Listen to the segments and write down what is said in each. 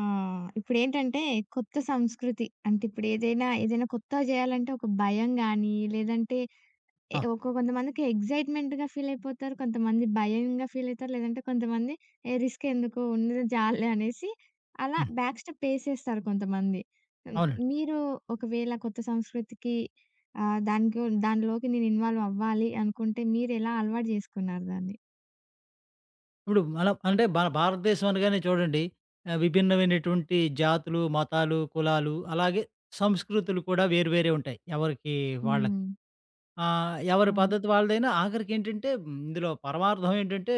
ఆ! ఇప్పుడేంటంటే కొత్త సంస్కృతి. అంటే ఇప్పుడేదైనా, ఏదైనా ఏదైనా కొత్తగా జేయాలంటే ఒక భయం గానీ, లేదంటే అవును. ఒక కొంతమందికి ఎక్సైట్‌మెంట్‌గా ఫీలయిపోతారు. కొంతమంది భయంగా ఫీలయితారు. లేదంటే కొంతమంది ఏ రిస్క్ ఎందుకు ఉన్నది చాలులే అనేసి అలా హ్మ్. బ్యాక్ స్టెప్ ఏసేస్తారు కొంతమంది. హ్మ్. అవునండి. మీరు ఒకవేళ కొత్త సంస్కృతికి ఆహ్, దానికో దానిలోకి నేను ఇన్వాల్వ్ అవ్వాలి అనుకుంటే మీరెలా అలవాటు జేసుకున్నారు దాన్ని? ఇప్పుడు మనం అంటే మన భారతదేశం అనగానే చూడండి, విభిన్నమైనటువంటి జాతులు, మతాలు, కులాలు, అలాగే సంస్కృతులు కూడా వేరు వేరే ఉంటాయి. ఎవరికి వాళ్ళకి. హ్మ్. ఎవరి అవును. పద్ధతి వాళ్ళదైనా ఆఖరికేంటంటే, ఇందులో పరమార్థం ఏంటంటే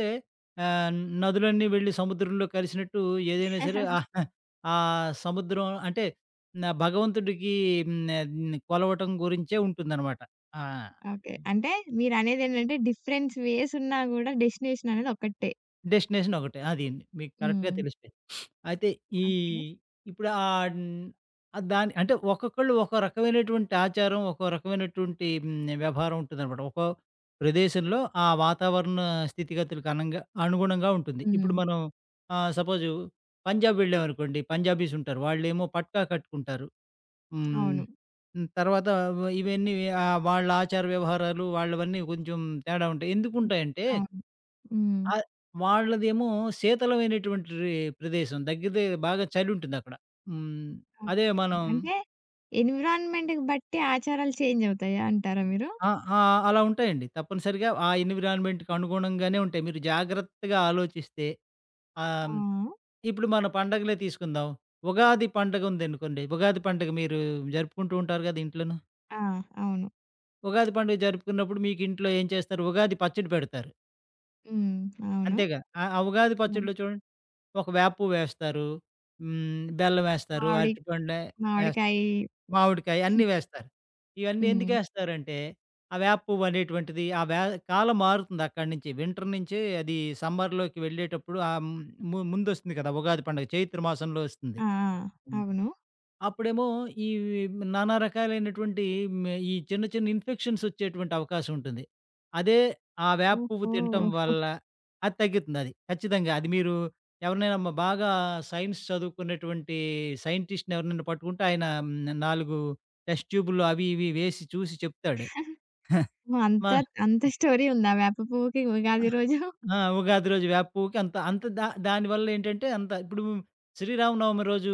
ఆహ్, నదులన్నీ వెళ్ళి సముద్రంలో కలిసినట్టు ఏదైనా సరే, ఆహ్, ఆ సముద్రం అంటే నా భగవంతుడికి కొలవటం గురించే ఉంటుందనమాట. ఆ! ఓకే. అంటే మీరనేదేంటంటే డిఫరెన్స్ వేస్ ఉన్నా గూడా డెస్టినేషన్ అనేది ఒక్కటే. డెస్టినేషన్ ఒకటే. అది మీకు కరెక్ట్‌గా హ్మ్. తెలిసిపోయింది. అయితే ఈ ఓకే. ఇప్పుడు ఆహ్, హ్మ్, ఆహ్, దాని అంటే ఒక్కొక్కళ్ళు ఒక్కో రకమైనటువంటి ఆచారం, ఒక్కో రకమైనటువంటి వ్యవహారం ఉంటుందనమాట. ఒక్కో ప్రదేశంలో ఆ వాతావరణ స్థితిగతులకు అనుగుణంగా ఉంటుంది. హ్మ్. ఇప్పుడు మనం సపోజు పంజాబ్ వెళ్ళామనుకోండి, పంజాబీస్ ఉంటారు. వాళ్ళేమో పట్కా కట్టుకుంటారు. హ్మ్. అవును. హ్మ్. తర్వాత ఇవన్నీ వాళ్ళ ఆచార వ్యవహారాలు వాళ్ళవన్నీ కొంచెం తేడా ఉంటాయి. ఎందుకుంటాయంటే, అవును. హ్మ్. ఆ! వాళ్ళదేమో శీతలమైనటువంటి ప్రదేశం. దగ్గర దగ్గర బాగా చలి ఉంటుందక్కడ. హ్మ్. అదే ఓకే. మనం అంటే ఎన్విరాన్మెంట్‌కి బట్టి ఆచారాలు చేంజ్ అవుతాయా అంటారా మీరు? ఆ! ఆ! అలా ఉంటాయండి. తప్పనిసరిగా ఆ ఎన్విరాన్మెంట్‌కి అనుగుణంగానే ఉంటాయి. మీరు జాగ్రత్తగా ఆలోచిస్తే ఆ! ఆహ్, ఇప్పుడు మన పండగలే తీసుకుందాం. ఉగాది పండగ ఉందనుకోండి. ఉగాది పండగ మీరు జరుపుకుంటూ ఉంటారు కదా! ఇంట్లోను. ఆ! అవును. ఉగాది పండుగ జరుపుకున్నప్పుడు మీకు ఇంట్లో ఏం చేస్తారు? ఉగాది పచ్చడి పెడతారు. హ్మ్. అవును. అంతేగా! ఆ ఆ ఉగాది హ్మ్. పచ్చడిలో చూడండి, ఒక వేప పువ్వేస్తారు. బెల్లం వేస్తారు. మామిడి అరటిపండు ఏస్తారు. మామిడికాయ. మామిడికాయ అన్నీ వేస్తారు. ఇవన్నీ హ్మ్. ఎందుకేస్తారంటే, ఆ వేప పువ్వు అనేటువంటిది ఆ వే కాలం మారుతుంది అక్కడి నుంచి. వింటర్ నుంచి అది సమ్మర్‌లోకి వెళ్ళేటప్పుడు ఆహ్, హ్మ్, ము ముందొస్తుంది కదా! ఉగాది పండుగ చైత్ర మాసంలో వస్తుంది. ఆ! ఆ! అవును. అప్పుడేమో ఈ నానా రకాలైనటువంటి ఈ చిన్న చిన్న ఇన్ఫెక్షన్స్ వచ్చేటువంటి అవకాశం ఉంటుంది. అదే ఆ వేప పువ్వు తినటం ఓహో! వల్ల అది తగ్గుతుందది. ఖచ్చితంగా అది మీరు ఎవరినైనా బాగా సైన్స్ చదువుకున్నటువంటి సైంటిస్ట్‌ని ఎవరినైనా పట్టుకుంటే ఆయన 4 టెస్ట్ ట్యూబులు అవి ఇవి వేసి చూసి చెప్తాడు. మ అంత అంత స్టోరీ ఉందా వేప పువ్వుకి ఉగాది రోజు? ఆ! ఉగాది రోజు వేప పువ్వుకి అంత అంత దా దానివల్ల ఏంటంటే, ఇప్పుడు శ్రీరామనవమి రోజు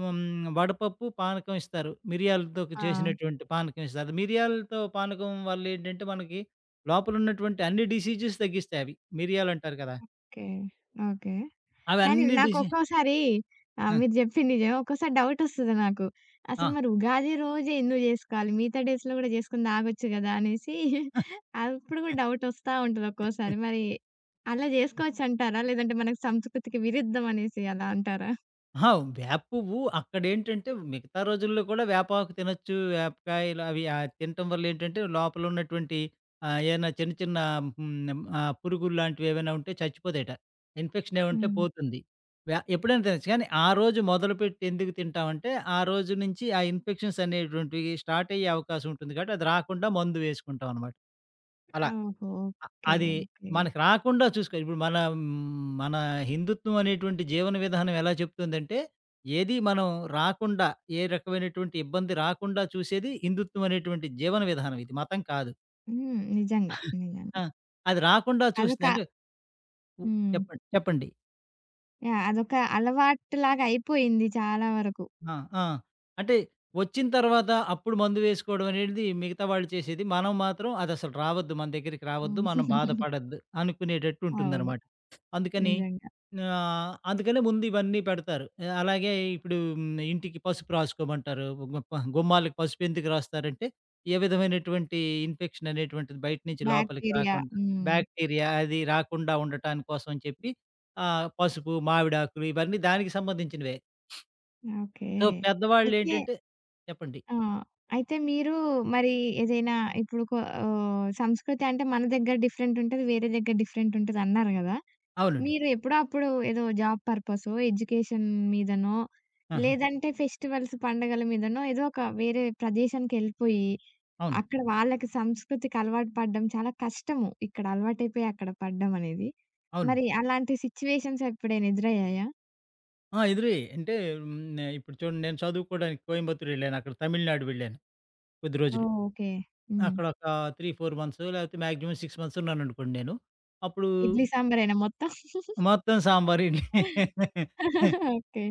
హ్మ్, వడపప్పు, పానకం ఇస్తారు. మిరియాలతో ఆ! చేసినటువంటి పానకం ఇస్తారు. మిరియాలతో పానకం వల్ల ఏంటంటే, మనకి లోపల ఉన్నటువంటి అన్ని డిసీజెస్ తగ్గిస్తాయి అవి. మిరియాలంటారు కదా! ఓకే. ఓకే. కానీ అవన్నీ డిసీ నాకొక్కోసారి మీరు జెప్పింది నిజమే. ఒక్కోసారి డౌటొస్తది నాకు. ఆ! అసలు ఆ! మరి ఉగాది రోజే ఎందుకు జేసుకోవాలి? మిగతా డేస్‌లో గూడా జేసుకుంది ఆగొచ్చు గదా! అనేసి అప్పుడు గూడా డౌటొస్తా ఉంటది ఒక్కోసారి. మరి అలా జేసుకోవచ్చంటారా? లేదంటే మనకు సంస్కృతికి విరుద్ధం అనేసి అలా అంటారా? అహా! వేప పువ్వు అక్కడేంటంటే, మిగతా రోజుల్లో కూడా వేపాకు తినొచ్చు. వేపకాయలు అవి తినటం వల్ల ఏంటంటే, లోపల ఉన్నటువంటి ఏమైనా చిన్న చిన్న పురుగులు లాంటివి ఏవైనా ఉంటే చచ్చిపోతాయట. ఇన్ఫెక్షన్ ఏముంటే హ్మ్. పోతుంది. ఎప్పుడైనా తినొచ్చు. కానీ ఆ రోజు మొదలుపెట్టి ఎందుకు తింటామంటే, ఆ రోజు నుంచి ఆ ఇన్ఫెక్షన్స్ అనేటువంటివి స్టార్ట్ అయ్యే అవకాశం ఉంటుంది కాబట్టి, అది రాకుండా మందు వేసుకుంటాం అనమాట. అలా. ఓహో! అ ఓకే. అది ఓకే. మనకు రాకుండా చూసుకో. ఇప్పుడు మన మన హిందుత్వం అనేటువంటి జీవన విధానం ఎలా చెప్తుందంటే, ఏది మనం రాకుండా, ఏ రకమైనటువంటి ఇబ్బంది రాకుండా చూసేది హిందుత్వం అనేటువంటి జీవన విధానం ఇది. మతం కాదు. హ్మ్. నిజంగా. నిజంగా. ఆ! అది రాకుండా అదొక చూస్తుంది. అంటే ఉ హ్మ్. చెప్పండి. చెప్పండి. యాహ్! అదొక అలవాటులాగా అయిపోయింది చాలా వరకు. ఆ! ఆ! అంటే వచ్చిన తర్వాత అప్పుడు మందు వేసుకోవడం అనేది మిగతా వాళ్ళు చేసేది. మనం మాత్రం అదసలు రావద్దు. మన దగ్గరికి రావద్దు. హ్మ్. మనం బాధపడొద్దు అనుకునేటట్టు అవును. ఉంటుందన్నమాట. అందుకని నిజంగా. అందుకనే ముందు ఇవన్నీ పెడతారు. అలాగే ఇప్పుడు ఇంటికి పసుపు రాసుకోమంటారు. గు గుమ్మాలకి పసుపు ఎందుకు రాస్తారంటే, ఏ విధమైనటువంటి ఇన్ఫెక్షన్ అనేటువంటిది బయట నుంచి లోపలికి బ్యాక్టీరియా. రాకుండా, హ్మ్. బాక్టీరియా అది రాకుండా ఉండటాని కోసం అని చెప్పి పసుపు, మామిడాకులు ఇవన్నీ దానికి సంబంధించినవే. ఓకే. సో, అయితే పెద్దవాళ్ళేంటంటే చెప్పండి. ఆ! అయితే మీరు మరి ఏదైనా ఇప్పుడు కొ సంస్కృతి అంటే మన దగ్గర డిఫరెంట్ ఉంటది. వేరే దగ్గర డిఫరెంట్ ఉంటదన్నారు గదా! అవునండి. మీరు ఎప్పుడో అప్పుడు ఏదో జాబ్ పర్పసో, ఎడ్యుకేషన్ మీదనో, ఆహా! లేదంటే ఫెస్టివల్స్, పండగల మీదనో ఏదో ఒక వేరే ప్రదేశానికెళ్ళిపోయి, అవును. అక్కడ వాళ్ళకి సంస్కృతికి అలవాటు పడడం చాలా కష్టము. ఇక్కడ అలవాటైపోయి అక్కడ పడడం అనేది. అవునండి. మరి అలాంటి సిట్యుయేషన్స్ ఎప్పుడైనా ఎదురయ్యాయా? ఆ! ఎదురయ్యాయి. అంటే ఇప్పుడు చూడండి, నేను చదువుకోవడానికి కోయంబత్తూర్ వెళ్ళాను. అక్కడ తమిళనాడు వెళ్ళాను కొద్ది రోజులు. ఓహ్! ఓకే. హ్మ్. అక్కడొక 3, 4 మంత్సో, లేకపోతే మాక్సిమం 6 మంత్స్ ఉన్నాననుకోండి నేను. అప్పుడు ఇడ్లీ సాంబారేనా మొత్తం? మొత్తం sambar idli. Okay.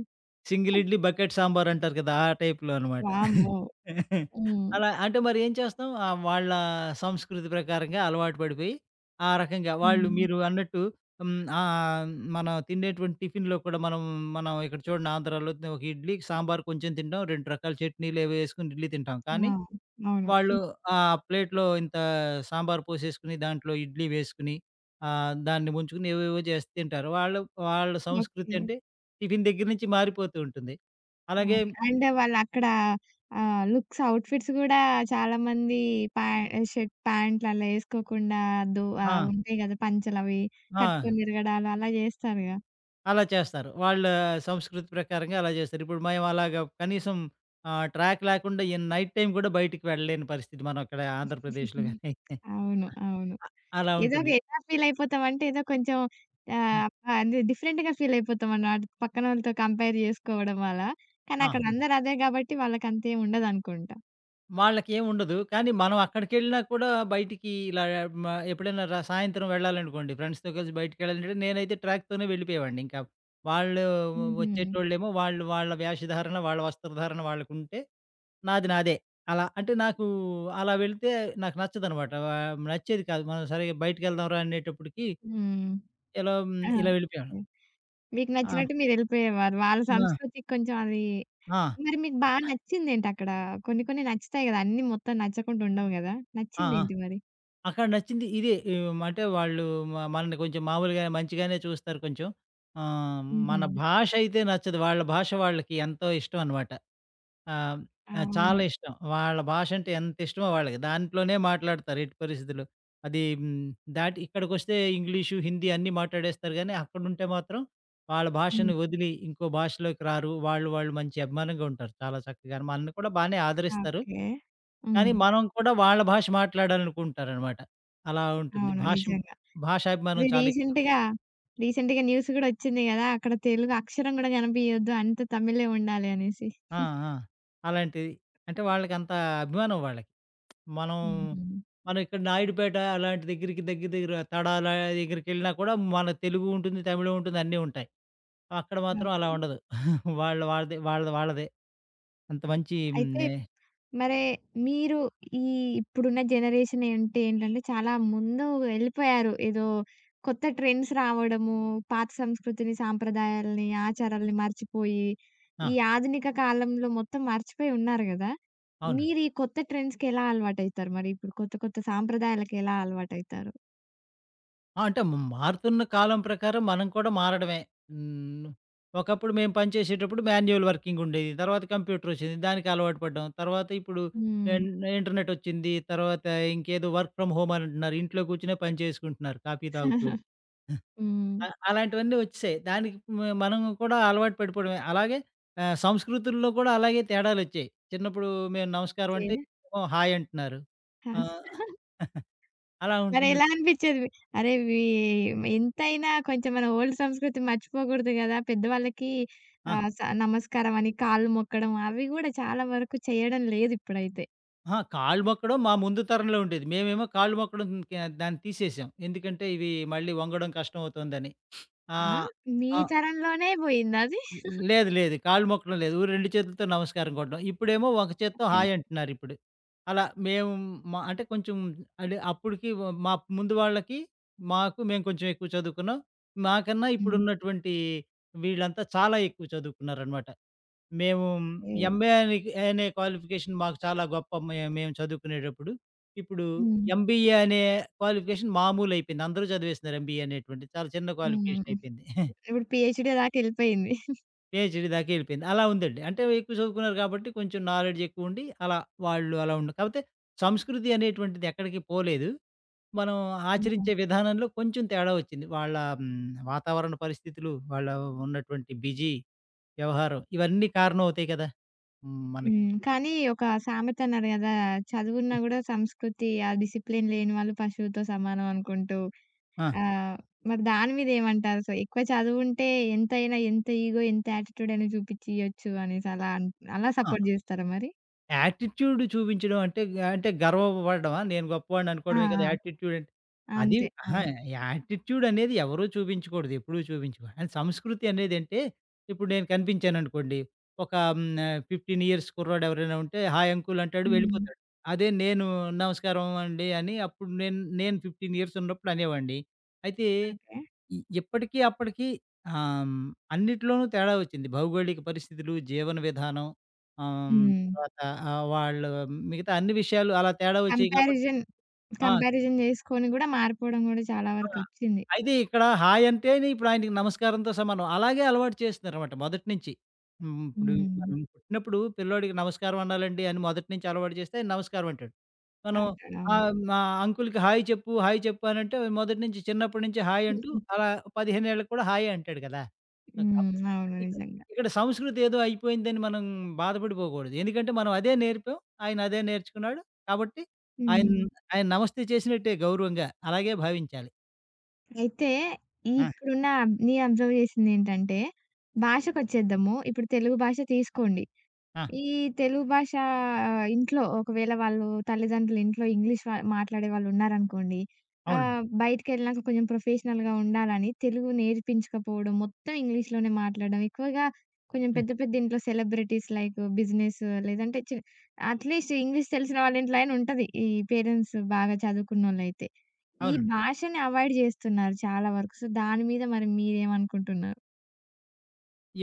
Single idli bucket sambar అంటారు కదా! ఆ టైప్‌లో అనమాట. వామ్మో! హ్మ్. అలా అంటే మరి ఏం చేస్తాం, వాళ్ళ సంస్కృతి ప్రకారంగా అలవాటు పడిపోయి, ఆ రకంగా వాళ్ళు హ్మ్. మీరు అన్నట్టు హ్మ్. ఆహ్, మనం తినేటువంటి టిఫిన్‌లో కూడా మనం ఇక్కడ చూడండి, ఆంధ్రాలో ఒక ఇడ్లీ, సాంబార్ కొంచెం తింటాం. 2 రకాల చట్నీలు ఏవో ఏసుకొని ఇడ్లీ తింటాం. ఆ! కానీ అవును. వాళ్ళు ప్లేట్‌లో ఇంత సాంబార్ పోసేసుకొని, దాంట్లో ఇడ్లీ వేసుకొని, దాన్ని ముంచుకొని ఏవేవో చేసి తింటారు. వాళ్ళ సంస్కృతి ఓకే. అంటే టిఫిన్ దగ్గర నుంచి మారిపోతూ ఉంటుంది. అలాగే అవును. అండ్ వాళ్ళక్కడ లుక్స్ అవుట్‌ఫిట్స్ గూడా చాలామంది ప్యా షర్ట్ ప్యాంట్లు అలా ఏసుకోకుండా ఆ! ఉంటాయి గదా! పంచలవి ఆ! కట్టుకొని తిరగడాలు అలా జేస్తారుగా. అలా చేస్తారు. వాళ్ళ సంస్కృతి ప్రకారంగా అలా చేస్తారు. ఇప్పుడు మేము అలాగా కనీసం ట్రాక్ లేకుండా ఈ నైట్ టైమ్ కూడా బయటికి వెళ్ళలేని పరిస్థితి మనం ఇక్కడ ఆంధ్రప్రదేశ్‌లో గాని. అవును. అవును. అలా ఏదో ఒక ఉంటుంది. ఎలా ఫీల్ అయిపోతామంటే ఏదో కొంచెం హ్మ్. ఆహ్, అది డిఫరెంట్‌గా ఫీల్ అయిపోతాం అన్నమాట. పక్కనోళ్ళతో కంపేర్ జేసుకోవడం అలా. కానీ ఆ! అక్కడ అందరూ అదే గాబట్టి వాళ్ళకంతేం ఉండదనుకుంటా. వాళ్ళకేముండదు. కానీ మనం అక్కడికెళ్ళినా కూడా బయటికి ఇలా మ ఎప్పుడైనా సాయంత్రం వెళ్ళాలనుకోండి, ఫ్రెండ్స్‌తో కలిసి బయటికెళ్ళాలంటే నేనైతే ట్రాక్‌తోనే వెళ్ళిపోయేవాడిని. ఇంకా వాళ్ళు హుహు. వచ్చేటోళ్ళేమో, వాళ్ళు వాళ్ళ వేషధారణ, వాళ్ళ వస్త్రధారణ వాళ్ళకుంటే నాది నాదే. అలా అంటే నాకు అలా వెళ్తే నాకు నచ్చదనమాట. నచ్చేది కాదు. మనం సరే బయటికెళ్దాంరా అనేటప్పటికి హ్మ్. ఇలా ఆ! ఇలా వెళ్ళిపోయేవాళ్ళం. ఓకే. మీకు ఆ! నచ్చినట్టు మీరెళ్ళిపోయేవారు. వాళ్ళ నా సంస్కృతికి కొంచెం అది. ఆ! మరి మీకు బాగా నచ్చిందేంటక్కడ? కొన్ని కొన్ని నచ్చుతాయి గదా! అన్నీ మొత్తం నచ్చకుండా ఉండవు గదా! ఆ! ఆ! నచ్చిందేంటి మరి? అక్కడ నచ్చింది ఇదే. ఏం అంటే వాళ్ళు మనల్ని కొంచెం మామూలుగా మంచిగానే చూస్తారు కొంచెం. ఆహ్, హుహు. మన భాష అయితే నచ్చదు. వాళ్ళ భాష వాళ్ళకి ఎంతో ఇష్టం అనమాట. ఆహ్, ఆహ్, అవును. చాలా ఇష్టం. వాళ్ళ భాష అంటే ఎంత ఇష్టమో వాళ్ళకి. దాంట్లోనే మాట్లాడతారు ఎట్టి పరిస్థితిలో. అది దాటి ఇక్కడికొస్తే ఇంగ్లీషు, హిందీ అన్నీ మాట్లాడేస్తారు గానీ, అక్కడుంటే మాత్రం వాళ్ళ భాషను హ్మ్. వదిలి ఇంకో భాషలోకి రారు. వాళ్ళు మంచి అభిమానంగా ఉంటారు. చాలా చక్కగా మనల్ని కూడా బానే ఆదరిస్తారు. ఓకే. కానీ హ్మ్. మనం కూడా వాళ్ళ భాష మాట్లాడాలనుకుంటారనమాట. అలా ఉంటుంది. అవును. నిజంగా. భాషాభిమానం అది చాలా ఎక్కువ. రీసెంట్‌గా, రీసెంట్‌గా న్యూస్ గూడా ఒచ్చింది గదా! అక్కడ తెలుగు అక్షరం గూడా గనిపియొద్దు అంత తమిళే ఉండాలి అనేసి. ఆ! ఆ! అలాంటిది. అంటే వాళ్ళకంత అభిమానం వాళ్ళకి. మనం హుహు. మనం ఇక్కడ నాయుడుపేట అలాంటి దగ్గరికి, దగ్గర దగ్గర తడాల దగ్గరికెళ్ళినా కూడా మన తెలుగు ఉంటుంది, తమిళం ఉంటుంది, అన్నీ ఉంటాయి. అక్కడ మాత్రం ఓకే. అలా ఉండదు. వాళ్ళది వాళ్ళదే. అంత మంచి అయితే హ్మ్. మరే మీరు ఈ ఇప్పుడున్న జనరేషన్ అంటే ఏంటంటే, చాలా ముందు వెళ్ళిపోయారు. ఏదో కొత్త ట్రెండ్స్ రావడము, పాత సంస్కృతిని, సాంప్రదాయాల్ని, ఆచారాల్ని మర్చిపోయి, ఆ! ఈ ఆధునిక కాలంలో మొత్తం మర్చిపోయి ఉన్నారు గదా! అవును. మీరు ఈ కొత్త ట్రెండ్స్‌కి ఎలా అలవాటైతారు? మరి ఇప్పుడు కొత్త కొత్త సాంప్రదాయాలకి ఎలా అలవాటైతారు? ఆ! అంటే మారుతున్న కాలం ప్రకారం మనం కూడా మారడమే. హ్మ్. ఒకప్పుడు మేము పనిచేసేటప్పుడు మాన్యువల్ వర్కింగ్ ఉండేది. తర్వాత కంప్యూటర్ వచ్చింది. దానికి అలవాటు పడ్డాం. తర్వాత ఇప్పుడు హ్మ్. ఇన్ ఇంటర్నెట్ వచ్చింది. తర్వాత ఇంకేదో వర్క్ ఫ్రమ్ హోమ్ అని అంటున్నారు. ఇంట్లో కూర్చునే పని చేసుకుంటున్నారు కాఫీ తాగుతూ. హ్మ్. అలాంటివన్నీ వచ్చేసాయి. దానికి మనం కూడా అలవాటు పడిపోవడమే. అలాగే సంస్కృతుల్లో కూడా అలాగే తేడాలొచ్చాయి. చిన్నప్పుడు మేము నమస్కారం ఓకే. అంటే, ఇప్పుడేమో హాయ్ అంటున్నారు. ఆహ్, అలా ఉంటుంది. మరెలా అనిపిచ్చేది? అరే! ఎంతైనా కొంచెం మన ఓల్డ్ సంస్కృతి మర్చిపోకూడదు గదా! పెద్దవాళ్ళకి ఆ! ఆహ్, స నమస్కారం అని కాళ్ళు మొక్కడం అవి గూడా చాలా వరకు చేయడం లేదు ఇప్పుడైతే. అహా! కాళ్ళు మొక్కడం మా ముందు తరంలో ఉండేది. మేమేమో కాళ్ళు మొక్కడం కే దాన్ని తీసేసాం. ఎందుకంటే ఇవి మళ్ళీ వంగడం కష్టమవుతుందని. ఆ! ఆహ్, మీ ఆ! ఆ, తరంలోనే పోయిందా అది? లేదు లేదు. కాళ్ళు మొక్కడం లేదు. 2 చేతులతో నమస్కారం కొట్టడం. ఇప్పుడేమో ఒక చేత్తో ఓకే. Hi okay. అంటున్నారిప్పుడు. అలా మేము అంటే కొంచెం అంటే అప్పటికి వ మా ముందు వాళ్ళకి, మేము కొంచెం ఎక్కువ చదువుకున్నాం. మాకన్నా హ్మ్. ఇప్పుడున్నటువంటి వీళ్ళంతా చాలా ఎక్కువ చదువుకున్నారనమాట. మేము ఓకే. ఎంబీఏ అని అనే క్వాలిఫికేషన్ మాకు చాలా గొప్ప మేము చదువుకునేటప్పుడు. ఇప్పుడు హ్మ్. ఎంబీఏ అనే క్వాలిఫికేషన్ మామూలయిపోయింది. అందరూ చదివేస్తున్నారు ఎంబీఏ అనేటువంటిది. చాలా చిన్న హ్మ్. క్వాలిఫికేషన్ అయిపోయింది. ఇప్పుడు పీహెచ్‌డీ దాకెళ్ళిపోయింది. పీహెచ్‌డీ దాకా ఎళ్ళిపోయింది. అలా ఉందండి. అంటే ఎక్కువ చదువుకున్నారు కాబట్టి కొంచెం నాలెడ్జ్ ఎక్కువుండి అలా వాళ్ళు అలా ఉండ కాపోతే, సంస్కృతి అనేటువంటిది ఎక్కడికి పోలేదు. మనం హ్మ్. ఆచరించే విధానంలో కొంచెం తేడా వచ్చింది. వాళ్ళ వాతావరణ పరిస్థితులు, వాళ్ళ ఉన్నటువంటి బిజీ వ్యవహారం ఇవన్నీ కారణం అవుతాయి కదా! మనకి. హ్మ్. కానీ ఒక సామెత అన్నారు గదా! చదువున్నా గూడా సంస్కృతి, ఆ డిసిప్లిన్ లేని వాళ్ళు పశువుతో సమానం అనుకుంటూ ఆ! ఆ! మరి దాని మీద ఏమంటారు? సో, ఎక్కువ చదువుంటే ఎంతైనా ఎంత ఇగో, ఎంత యాటిట్యూడ్ అయినా చూపిచ్చియొచ్చు అనేసి అలా సపోర్ట్ ఆ! జేస్తారా మరి? యాటిట్యూడ్ చూపించడం అంటే, అంటే గర్వపడడమా? నేను గొప్పవాడిని ఆ! అనుకోవడమే కదా! ఆ! యాటిట్యూడ్ అంటే. అది అంతే. అహా! అవును. యాటిట్యూడ్ అనేది ఎవరు చూపించకూడదు. ఎప్పుడూ చూపించకూడదు. అండ్ సంస్కృతి అనేదంటే, ఇప్పుడు నేను కనిపించాననుకోండి, ఒక 15 ఇయర్స్ కుర్రాడు ఎవరైనా ఉంటే, హాయ్ అంకుల్ అంటాడు హ్మ్. వెళ్ళిపోతాడు. అదే నేను నమస్కారం అండి అని అప్పుడు, నేను నేను 15 ఇయర్స్ ఉన్నప్పుడు అనేవాడిని. అయితే ఓకే. ఇప్పటికి అప్పటికి ఆహ్, హ్మ్, అన్నిట్లోనూ తేడా వచ్చింది. భౌగోళిక పరిస్థితులు, జీవన విధానం, ఆహ్, హ్మ్, హ్మ్. తర్వాత ఆహ్, వాళ్ళు మిగతా అన్ని విషయాలు అలా తేడా వచ్చాయి కాబట్టి కంపారిజన్, ఆ! కంపారిజన్ జేసుకొని గూడా మారిపోవడం గూడా చాలా ఆ! వరకొచ్చింది. అయితే ఇక్కడ హాయ్ అంటేనే ఇప్పుడు ఆయనకి నమస్కారంతో సమానం. అలాగే అలవాటు చేస్తున్నారన్నమాట మొదటి నుంచి. ఇప్పుడు హ్మ్. మనం పుట్టినప్పుడు పిల్లోడికి నమస్కారం అనాలండి అని మొదటి నుంచి అలవాటు చేస్తే ఆయన నమస్కారం అంటాడు. మనం అంటాడు. అవును. మా అంకుల్‌కి హాయ్ చెప్పు, హాయ్ చెప్పు అనంటే మొదటి నుంచి, చిన్నప్పటి నుంచి హాయ్ అంటూ అలా 15 ఏళ్ళకి కూడా హాయే అంటాడు కదా! సో, కం హ్మ్. అవును. అంటే ఇక్కడ నిజంగా. ఇక్కడ సంస్కృతి ఏదో అయిపోయిందని మనం బాధపడిపోకూడదు. ఎందుకంటే మనం అదే నేర్పాం. ఆయన అదే నేర్చుకున్నాడు. కాబట్టి ఆయన హ్మ్. ఆయన నమస్తే చేసినట్టే గౌరవంగా అలాగే భావించాలి. అయితే ఆ! ఇప్పుడున్న నీ అబ్జర్వ్ జేసిందేంటంటే భాషకొచ్చేద్దాము. ఇప్పుడు తెలుగు భాష తీసుకోండి. ఆ! ఈ తెలుగు భాష ఇంట్లో ఒకవేళ వాళ్ళు తల్లిదండ్రులు ఇంట్లో ఇంగ్లీష్ వా మాట్లాడే వాళ్ళున్నారనుకోండి. అవునండి. బయటికెళ్ళినాక కొంచెం ప్రొఫెషనల్‌గా ఉండాలని తెలుగు నేర్పించకపోవడం, మొత్తం ఇంగ్లీష్‌లోనే మాట్లాడడం. ఎక్కువగా కొంచెం హ్మ్. పెద్ద పెద్ద ఇంట్లో సెలబ్రిటీస్ లైక్ బిజినెస్ లేదంటే అట్‌లీస్ట్ ఇంగ్లీష్ తెలిసిన వాళ్ళ ఇంట్లో అయినా ఉంటది. ఈ పేరెంట్స్ బాగా చదువుకున్నోళ్ళైతే. ఈ అవును. భాషని అవాయిడ్ జేస్తున్నారు చాలా వరకు. సో, దాని మీద మరి మీరేమనుకుంటున్నారు?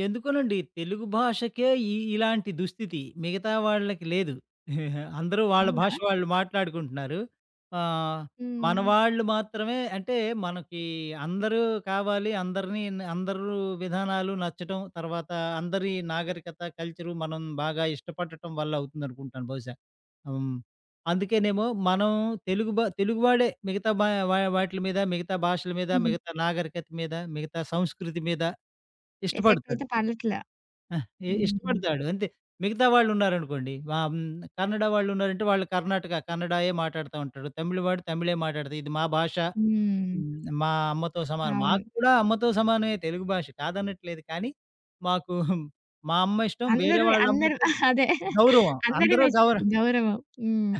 ఎందుకోనండి తెలుగు భాషకే ఈ ఇలాంటి దుస్థితి. మిగతా వాళ్ళకి లేదు. అందరూ వాళ్ళ భాష అవునా? వాళ్ళు మాట్లాడుకుంటున్నారు. ఆహ్, మన హ్మ్. వాళ్ళు మాత్రమే అంటే మనకి అందరూ కావాలి. అందరిని అందరూ విధానాలు నచ్చటం, తర్వాత అందరి నాగరికత, కల్చరు మనం బాగా ఇష్టపడటం వల్ల అవుతుందనుకుంటాను బహుశా. హ్మ్. అందుకేనేమో మనం తెలుగువాడే మిగతా భా వా వాటిల మీద, మిగతా భాషల మీద, మిగతా నాగరికత మీద, మిగతా సంస్కృతి మీద ఎఫెక్ట్ ఇష్టపడతాడు. అయితే పడట్లా. ఆ! ఇ హ్మ్. ఇష్టపడతాడు అంతే. మిగతా వాళ్ళున్నారనుకోండి, కన్నడ వాళ్ళున్నారంటే వాళ్ళు కర్ణాటక కన్నడాయే మాట్లాడుతా ఉంటాడు. తమిళ్ వాడు తమిళే మాట్లాడతా, ఇది మా భాష. హ్మ్. హ్మ్, మా అమ్మతో సమానం. అవును. మాకు కూడా అమ్మతో సమానమే, తెలుగు భాష కాదనట్లేదు కానీ, మాకు మా అమ్మ ఇష్టం. వేరే అందరూ అందరూ వాళ్ళమ్మంటే అదే. గౌరవం. అందరికి అందరూ గౌర నచ్చుతాయి. గౌరవం. హ్మ్.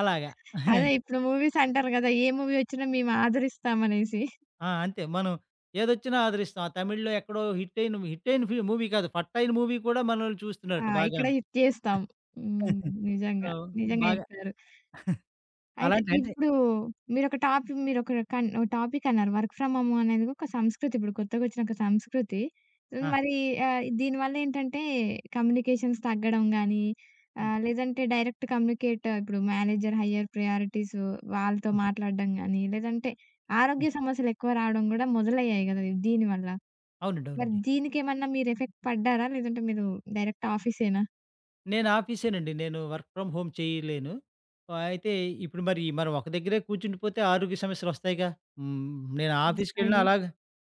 అలాగా. అదే ఇప్పుడు మూవీస్ అంటారు గదా! ఏ మూవీ వచ్చినా మేము ఆదరిస్తామనేసి. అంతే మనం ఏదొచ్చినా ఆదరిస్తాం. ఆ తమిళ్‌లో ఎక్కడో హిట్ అయిన మూవీ కాదు, ఫట్ అయిన మూవీ కూడా మనల్ని ఆ! చూస్తున్నారట ఇక్కడ బాగాను. హిట్ చేస్తాం. హ్మ్. సో, నిజంగా. నిజంగా బాగా చెప్పారు. అయితే అలాంటి అంటే ఇప్పుడు మీరొక టాప్ మీరొక కన్ టాపికన్నారు. వర్క్ ఫ్రమ్ హోమ్ అనేది ఒక సంస్కృతి. ఇప్పుడు కొత్తగొచ్చిన ఒక సంస్కృతి. ఆ! మరి దీనివల్లేంటంటే కమ్యూనికేషన్స్ తగ్గడం గానీ, హ్మ్. లేదంటే డైరెక్ట్ కమ్యూనికేట్ ఇప్పుడు మేనేజర్ హయ్యర్ ప్రయారిటీస్ వాళ్ళతో హ్మ్. మాట్లాడడం గానీ, లేదంటే ఆరోగ్య సమస్యలెక్కువ రావడం గూడా మొదలయ్యాయి గదా! దీని వల్ల. అవునండి. మరి అవునండి. దీనికేమన్నా మీరు ఎఫెక్ట్ పడ్డారా? లేదంటే మీరు డైరెక్ట్ ఆఫీసేనా? నేను ఆఫీసేనండి. నేను వర్క్ ఫ్రమ్ హోమ్ చేయలేను. అయితే ఇప్పుడు మరి మనం ఒక దగ్గరే కూర్చుండిపోతే ఆరోగ్య సమస్యలొస్తాయిగా. హ్మ్. నేను ఆఫీస్‌కెళ్ళినా స్థాయిగా? అలాగ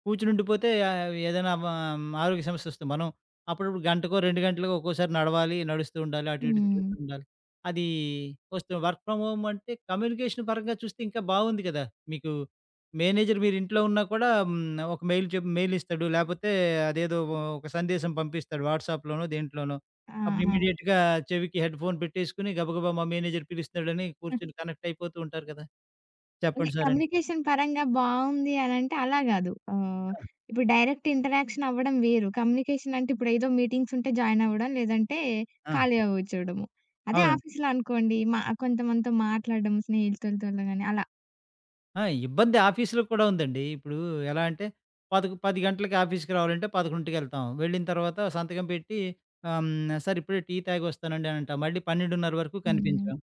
కూర్చునుండిపోతే ఏదైనా ఆరోగ్య సమస్య వస్తుంది. మనం అప్పుడప్పుడు గంటకో, 2 గంటలకో ఒక్కోసారి నడవాలి, నడుస్తూ ఉండాలి, అటు ఇటు హ్మ్. తిరుగుతూ ఉండాలి. అది వస్తుంది. వర్క్ ఫ్రమ్ హోమ్ అంటే కమ్యూనికేషన్ పరంగా చూస్తే ఇంకా బాగుంది కదా! మీకు మేనేజర్ మీరు ఇంట్లో ఉన్నా కూడా ఒక మెయిల్ ఇస్తాడు. లేపోతే అదేదో ఒక సందేశం పంపిస్తాడు వాట్సాప్‌లోనో, దేంట్లోనో. ఆ! అప్పుడు ఆ! ఇమ్మీడియేట్‌గా చెవికి హెడ్‌ఫోన్ పెట్టేసుకొని గబగబా మా మేనేజర్ పిలుస్తున్నాడని కూర్చొని కనెక్ట్ అయిపోతూ ఉంటారు కదా! అంటే చెప్పండి సార్ అని. కమ్యూనికేషన్ పరంగా బావుంది అనంటే అలా గాదు. ఆ! ఇప్పుడు డైరెక్ట్ ఇంటరాక్షన్ అవ్వడం వేరు. కమ్యూనికేషన్ అంటే ఇప్పుడేదో మీటింగ్స్ ఉంటే జాయిన్ అవ్వడం, లేదంటే ఆ! ఖాళీగా కూర్చోడము. అదే అవును. ఆఫీస్‌లో అనుకోండి మా కొంతమందితో మాట్లాడడం స్నేహితులతోల గాని అలా. ఆ! ఇబ్బంది ఆఫీస్‌లో కూడా ఉందండి. ఇప్పుడు ఎలా అంటే, 10 గంటలకి ఆఫీస్‌కి రావాలంటే 11కి వెళ్తాం. వెళ్ళిన తర్వాత సంతకం పెట్టి "సార్ ఇప్పుడే టీ తాగొస్తానండి" అని అంటాం. మళ్ళీ 12:30 వరకు హ్మ్. కనిపించం.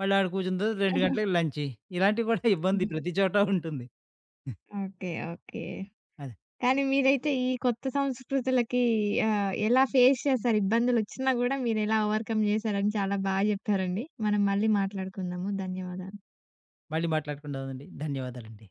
మళ్ళీ ఆడ కూర్చున్న తర్వాత 2 గంటలకి లంచ్. ఇలాంటివి కూడా ఇబ్బంది హుహు. ప్రతి చోట ఉంటుంది. ఓకే. ఓకే. అదే. కానీ మీరైతే ఈ కొత్త సంస్కృతులకి ఎలా ఫేస్ చేశారు? ఇబ్బందులొచ్చినా గూడా మీరెలా ఓవర్‌కమ్ చేశారని చాలా జెప్పారండి. మనం మళ్ళీ మాట్లాడుకుందాము. ధన్యవాదాలు. మళ్ళీ మాట్లాడుకుందామండి. ధన్యవాదాలండి.